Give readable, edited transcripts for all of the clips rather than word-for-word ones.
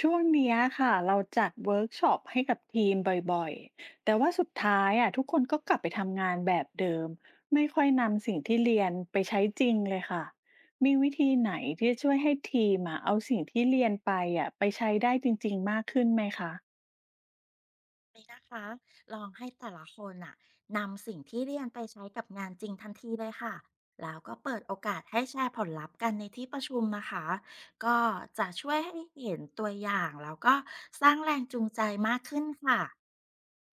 ช่วงเนี้ยค่ะเราจัดเวิร์กช็อปให้กับทีมบ่อยๆ แต่ว่าสุดท้ายอ่ะทุกคนก็กลับไปทำงานแบบเดิมไม่ค่อยนำสิ่งที่เรียนไปใช้จริงเลยค่ะมีวิธีไหนที่จะช่วยให้ทีมอ่ะเอาสิ่งที่เรียนไปไปใช้ได้จริงๆมากขึ้นไหมคะนี้นะคะลองให้แต่ละคนน่ะนำสิ่งที่เรียนไปใช้กับงานจริงทันทีเลยค่ะ แล้วก็เปิดโอกาสให้แชร์ผลลัพธ์กันในที่ประชุมนะคะ ก็จะช่วยให้เห็นตัวอย่างแล้วก็สร้างแรงจูงใจมากขึ้นค่ะ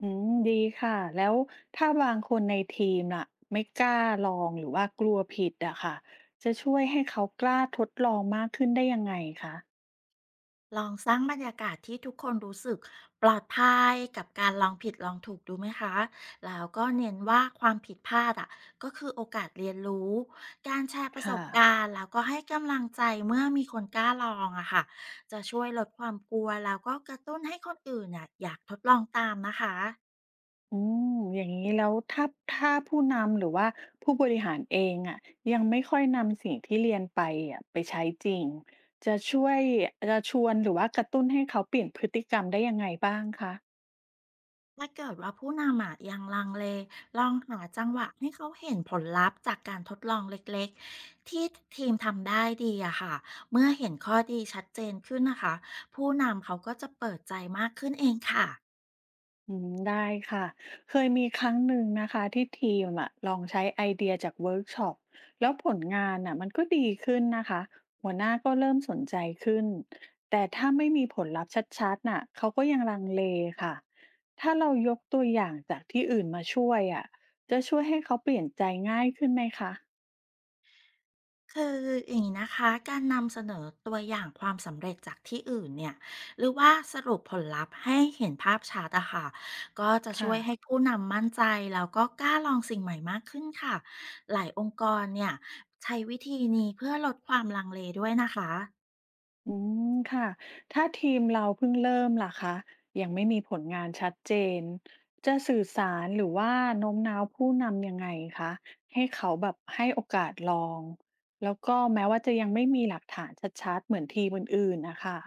อืมดีค่ะแล้วถ้าบางคนในทีมล่ะไม่กล้าลองหรือว่ากลัวผิดอะค่ะจะช่วยให้เขากล้าทดลองมากขึ้นได้ยังไงคะลองสร้างบรรยากาศที่ทุกคนรู้สึกปลอดภัยกับการลองผิดลองถูกดูไหมคะ แล้วก็เน้นว่าความผิดพลาดอ่ะก็คือโอกาสเรียนรู้ การแชร์ประสค่ะ บการณ์แล้วก็ให้กำลังใจเมื่อมีคนกล้าลองอะค่ะจะช่วยลดความกลัวแล้วก็กระตุ้นให้คนอื่นน่ะอยากทดลองตามนะคะ อืมอย่างนี้แล้วถ้าผู้นำหรือว่าผู้บริหารเองอะยังไม่ค่อยนำสิ่งที่เรียนไปไปใช้จริงจะช่วยจะชวนหรือว่ากระตุ้นให้เขาเปลี่ยนพฤติกรรมได้ยังไงบ้างคะ ถ้าเกิดว่าผู้นำอะยังลังเลลองหาจังหวะให้เขาเห็นผลลัพธ์จากการทดลองเล็กๆที่ทีมทำได้ดีอะค่ะเมื่อเห็นข้อดีชัดเจนขึ้นนะคะผู้นำเขาก็จะเปิดใจมากขึ้นเองค่ะ อืมได้ค่ะเคยมีครั้งหนึ่งนะคะที่ทีมอะลองใช้ไอเดียจากเวิร์กช็อปแล้วผลงานอะมันก็ดีขึ้นนะคะหัวหน้าก็เริ่มสนใจขึ้นแต่ถ้าไม่มีผลลัพธ์ชัดๆน่ะเขาก็ยังลังเลค่ะถ้าเรายกตัวอย่างจากที่อื่นมาช่วยอะจะช่วยให้เขาเปลี่ยนใจง่ายขึ้นไหมคะคืออย่างนี้นะคะการนำเสนอตัวอย่างความสำเร็จจากที่อื่นเนี่ยหรือว่าสรุปผลลัพธ์ให้เห็นภาพชัดอะค่ะก็จะช่ค่ะ วยให้ผู้นำมั่นใจแล้วก็กล้าลองสิ่งใหม่มากขึ้นค่ะหลายองค์กรเนี่ยใช้วิธีนี้เพื่อลดความลังเลด้วยนะคะ อืมค่ะถ้าทีมเราเพิ่งเริ่มล่ะคะยังไม่มีผลงานชัดเจนจะสื่อสารหรือว่าโน้มน้าวผู้นำยังไงคะให้เขาแบบให้โอกาสลองแล้วก็แม้ว่าจะยังไม่มีหลักฐานชัดๆเหมือนทีมอื่นๆนะคะ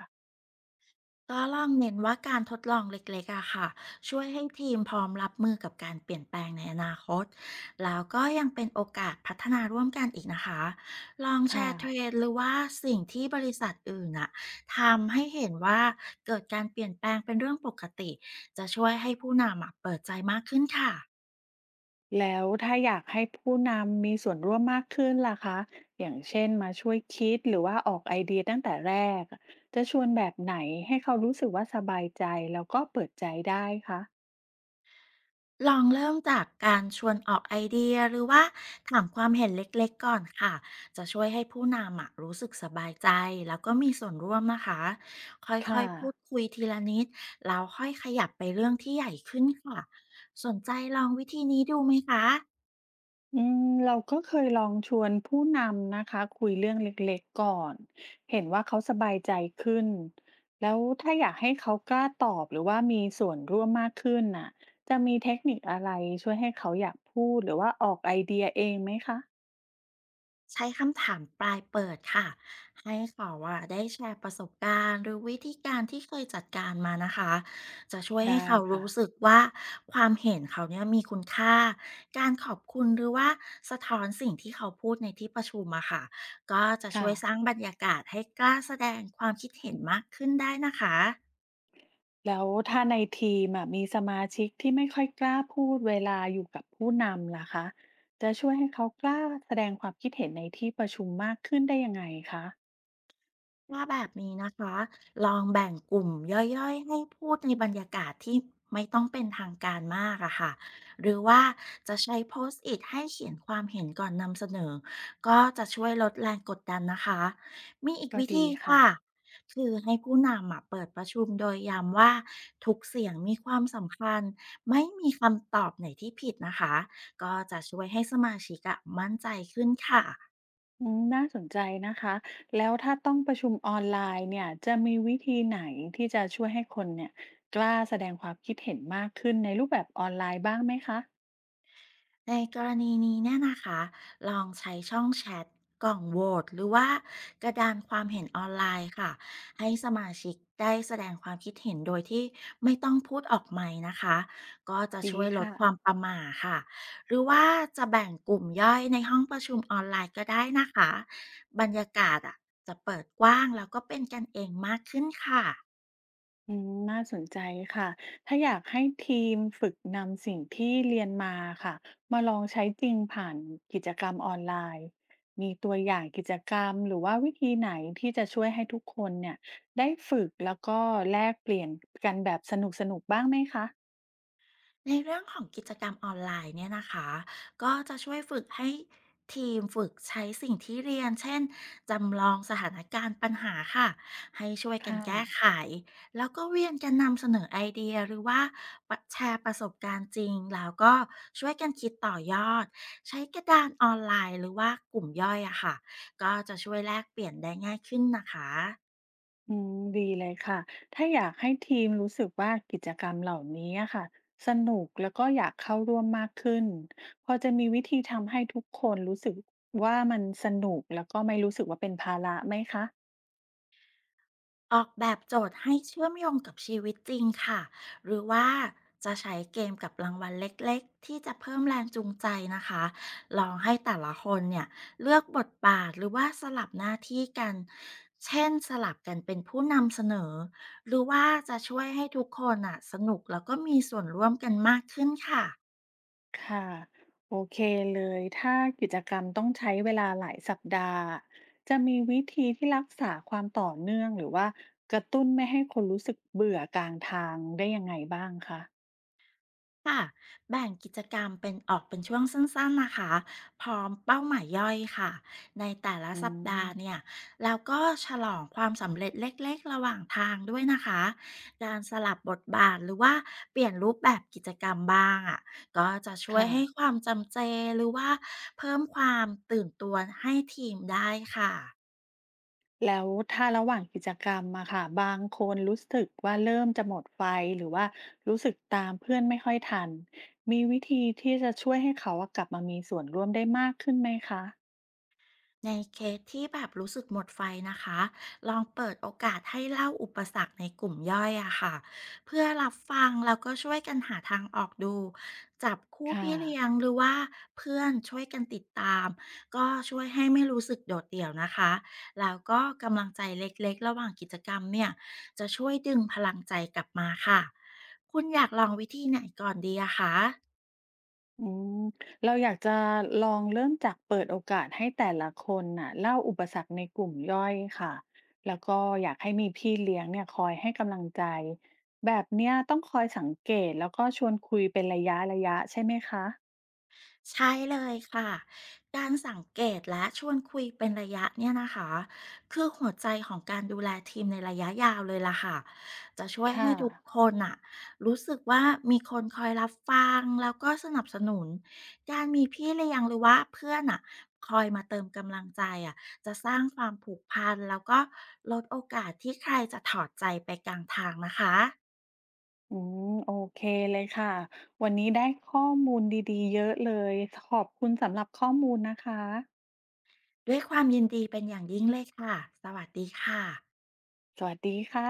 ก็ลองเน้นว่าการทดลองเล็กๆอะค่ะช่วยให้ทีมพร้อมรับมือกับการเปลี่ยนแปลงในอนาคตแล้วก็ยังเป็นโอกาสพัฒนาร่วมกันอีกนะคะลองแชค่ะร์เทรนด์หรือว่าสิ่งที่บริษัทอื่นอะทำให้เห็นว่าเกิดการเปลี่ยนแปลงเป็นเรื่องปกติจะช่วยให้ผู้นำอะเปิดใจมากขึ้นค่ะ แล้วถ้าอยากให้ผู้นำมีส่วนร่วมมากขึ้นล่ะคะอย่างเช่นมาช่วยคิดหรือว่าออกไอเดียตั้งแต่แรกจะชวนแบบไหนให้เขารู้สึกว่าสบายใจแล้วก็เปิดใจได้คะลองเริ่มจากการชวนออกไอเดียหรือว่าถามความเห็นเล็กๆก่อนค่ะจะช่วยให้ผู้นำอะรู้สึกสบายใจแล้วก็มีส่วนร่วมนะคะค่ค่ะ อยๆพูดคุยทีละนิดแล้วค่อยขยับไปเรื่องที่ใหญ่ขึ้นค่ะสนใจลองวิธีนี้ดูไหมคะ อืมเราก็เคยลองชวนผู้นำนะคะคุยเรื่องเล็กๆก่อนเห็นว่าเขาสบายใจขึ้นแล้วถ้าอยากให้เขากล้าตอบหรือว่ามีส่วนร่วมมากขึ้นน่ะจะมีเทคนิคอะไรช่วยให้เขาอยากพูดหรือว่าออกไอเดียเองไหมคะใช้คำถามปลายเปิดค่ะให้เขาอะได้แชร์ประสบการณ์หรือวิธีการที่เคยจัดการมานะคะจะช่วยให้ได้เขาค่ะรู้สึกว่าความเห็นเขาเนี่ยมีคุณค่าการขอบคุณหรือว่าสะท้อนสิ่งที่เขาพูดในที่ประชุมอะค่ะก็จะช่ค่ะวยสร้างบรรยากาศให้กล้าแสดงความคิดเห็นมากขึ้นได้นะคะ แล้วถ้าในทีมอะมีสมาชิกที่ไม่ค่อยกล้าพูดเวลาอยู่กับผู้นำล่ะคะจะช่วยให้เขากล้าแสดงความคิดเห็นในที่ประชุมมากขึ้นได้ยังไงคะถ้าแบบนี้นะคะลองแบ่งกลุ่มย่อยๆให้พูดในบรรยากาศที่ไม่ต้องเป็นทางการมากอะค่ะหรือว่าจะใช้โพสต์อิทให้เขียนความเห็นก่อนนำเสนอก็จะช่วยลดแรงกดดันนะคะมีอีกก็วิดีธีค่ะ ค่ะคือให้ผู้นำอะเปิดประชุมโดยย้ำว่าทุกเสียงมีความสำคัญไม่มีคำตอบไหนที่ผิดนะคะก็จะช่วยให้สมาชิกอะมั่นใจขึ้นค่ะ อืมน่าสนใจนะคะ แล้วถ้าต้องประชุมออนไลน์เนี่ยจะมีวิธีไหนที่จะช่วยให้คนเนี่ยกล้าแสดงความคิดเห็นมากขึ้นในรูปแบบออนไลน์บ้างไหมคะในกรณีนี้เนี่ยนะคะลองใช้ช่องแชทกล่องโหวตหรือว่ากระดานความเห็นออนไลน์ค่ะให้สมาชิกได้แสดงความคิดเห็นโดยที่ไม่ต้องพูดออกใหม่นะคะก็จะดีช่วยลดค่ะความประหม่าค่ะหรือว่าจะแบ่งกลุ่มย่อยในห้องประชุมออนไลน์ก็ได้นะคะบรรยากาศอ่ะจะเปิดกว้างแล้วก็เป็นกันเองมากขึ้นค่ะ อืมน่าสนใจค่ะถ้าอยากให้ทีมฝึกนำสิ่งที่เรียนมาค่ะมาลองใช้จริงผ่านกิจกรรมออนไลน์มีตัวอย่างกิจกรรมหรือว่าวิธีไหนที่จะช่วยให้ทุกคนเนี่ยได้ฝึกแล้วก็แลกเปลี่ยนกันแบบสนุกๆบ้างไหมคะในเรื่องของกิจกรรมออนไลน์เนี่ยนะคะก็จะช่วยฝึกให้ทีมฝึกใช้สิ่งที่เรียนเช่นจำลองสถานการณ์ปัญหาค่ะให้ช่วยกันค่ะ แก้ไขแล้วก็เวียนกันนำเสนอไอเดียหรือว่าแชร์ประสบการณ์จริงแล้วก็ช่วยกันคิดต่อยอดใช้กระดานออนไลน์หรือว่ากลุ่มย่อยอะค่ะก็จะช่วยแลกเปลี่ยนได้ง่ายขึ้นนะคะ อืมดีเลยค่ะถ้าอยากให้ทีมรู้สึกว่ากิจกรรมเหล่านี้อะค่ะสนุกแล้วก็อยากเข้าร่วมมากขึ้นพอจะมีวิธีทำให้ทุกคนรู้สึกว่ามันสนุกแล้วก็ไม่รู้สึกว่าเป็นภาระไหมคะออกแบบโจทย์ให้เชื่อมโยงกับชีวิตจริงค่ะหรือว่าจะใช้เกมกับรางวัลเล็กๆที่จะเพิ่มแรงจูงใจนะคะลองให้แต่ละคนเนี่ยเลือกบทบาทหรือว่าสลับหน้าที่กันเช่นสลับกันเป็นผู้นำเสนอหรือว่าจะช่วยให้ทุกคนอ่ะสนุกแล้วก็มีส่วนร่วมกันมากขึ้นค่ะ ค่ะโอเคเลยถ้ากิจกรรมต้องใช้เวลาหลายสัปดาห์จะมีวิธีที่รักษาความต่อเนื่องหรือว่ากระตุ้นไม่ให้คนรู้สึกเบื่อกลางทางได้ยังไงบ้างคะค่ะแบ่งกิจกรรมเป็นออกเป็นช่วงสั้นๆนะคะพร้อมเป้าหมายย่อยค่ะในแต่ละอืสัปดาห์เนี่มยแล้วก็ฉลองความสำเร็จเล็กๆระหว่างทางด้วยนะคะการสลับบทบาทหรือว่าเปลี่ยนรูปแบบกิจกรรมบ้างอ่ะก็จะช่วยค่ะ ให้ความจำเจหรือว่าเพิ่มความตื่นตัวให้ทีมได้ค่ะ แล้วถ้าระหว่างกิจกรรมอะค่ะบางคนรู้สึกว่าเริ่มจะหมดไฟหรือว่ารู้สึกตามเพื่อนไม่ค่อยทันมีวิธีที่จะช่วยให้เขาอะกลับมามีส่วนร่วมได้มากขึ้นไหมคะในเคสที่แบบรู้สึกหมดไฟนะคะลองเปิดโอกาสให้เล่าอุปสรรคในกลุ่มย่อยอะค่ะเพื่อรับฟังแล้วก็ช่วยกันหาทางออกดูจับคู่ค่ะพี่เลี้ยงหรือว่าเพื่อนช่วยกันติดตามก็ช่วยให้ไม่รู้สึกโดดเดี่ยวนะคะแล้วก็กำลังใจเล็กๆระหว่างกิจกรรมเนี่ยจะช่วยดึงพลังใจกลับมาค่ะคุณอยากลองวิธีไหนก่อนดีอะคะ อืมเราอยากจะลองเริ่มจากเปิดโอกาสให้แต่ละคนน่ะเล่าอุปสรรคในกลุ่มย่อยค่ะแล้วก็อยากให้มีพี่เลี้ยงเนี่ยคอยให้กำลังใจแบบเนี้ยต้องคอยสังเกตแล้วก็ชวนคุยเป็นระยะใช่ไหมคะใช่เลยค่ะการสังเกตและชวนคุยเป็นระยะเนี่ยนะคะคือหัวใจของการดูแลทีมในระยะยาวเลยล่ะค่ะจะช่วยค่ะ ให้ทุกคนอะรู้สึกว่ามีคนคอยรับฟังแล้วก็สนับสนุนการมีพี่เลี้ยงหรือว่าเพื่อนอะคอยมาเติมกำลังใจอะจะสร้างความผูกพันแล้วก็ลดโอกาสที่ใครจะถอดใจไปกลางทางนะคะอืมโอเคเลยค่ะวันนี้ได้ข้อมูลดีๆเยอะเลยขอบคุณสำหรับข้อมูลนะคะด้วยความยินดีเป็นอย่างยิ่งเลยค่ะสวัสดีค่ะสวัสดีค่ะ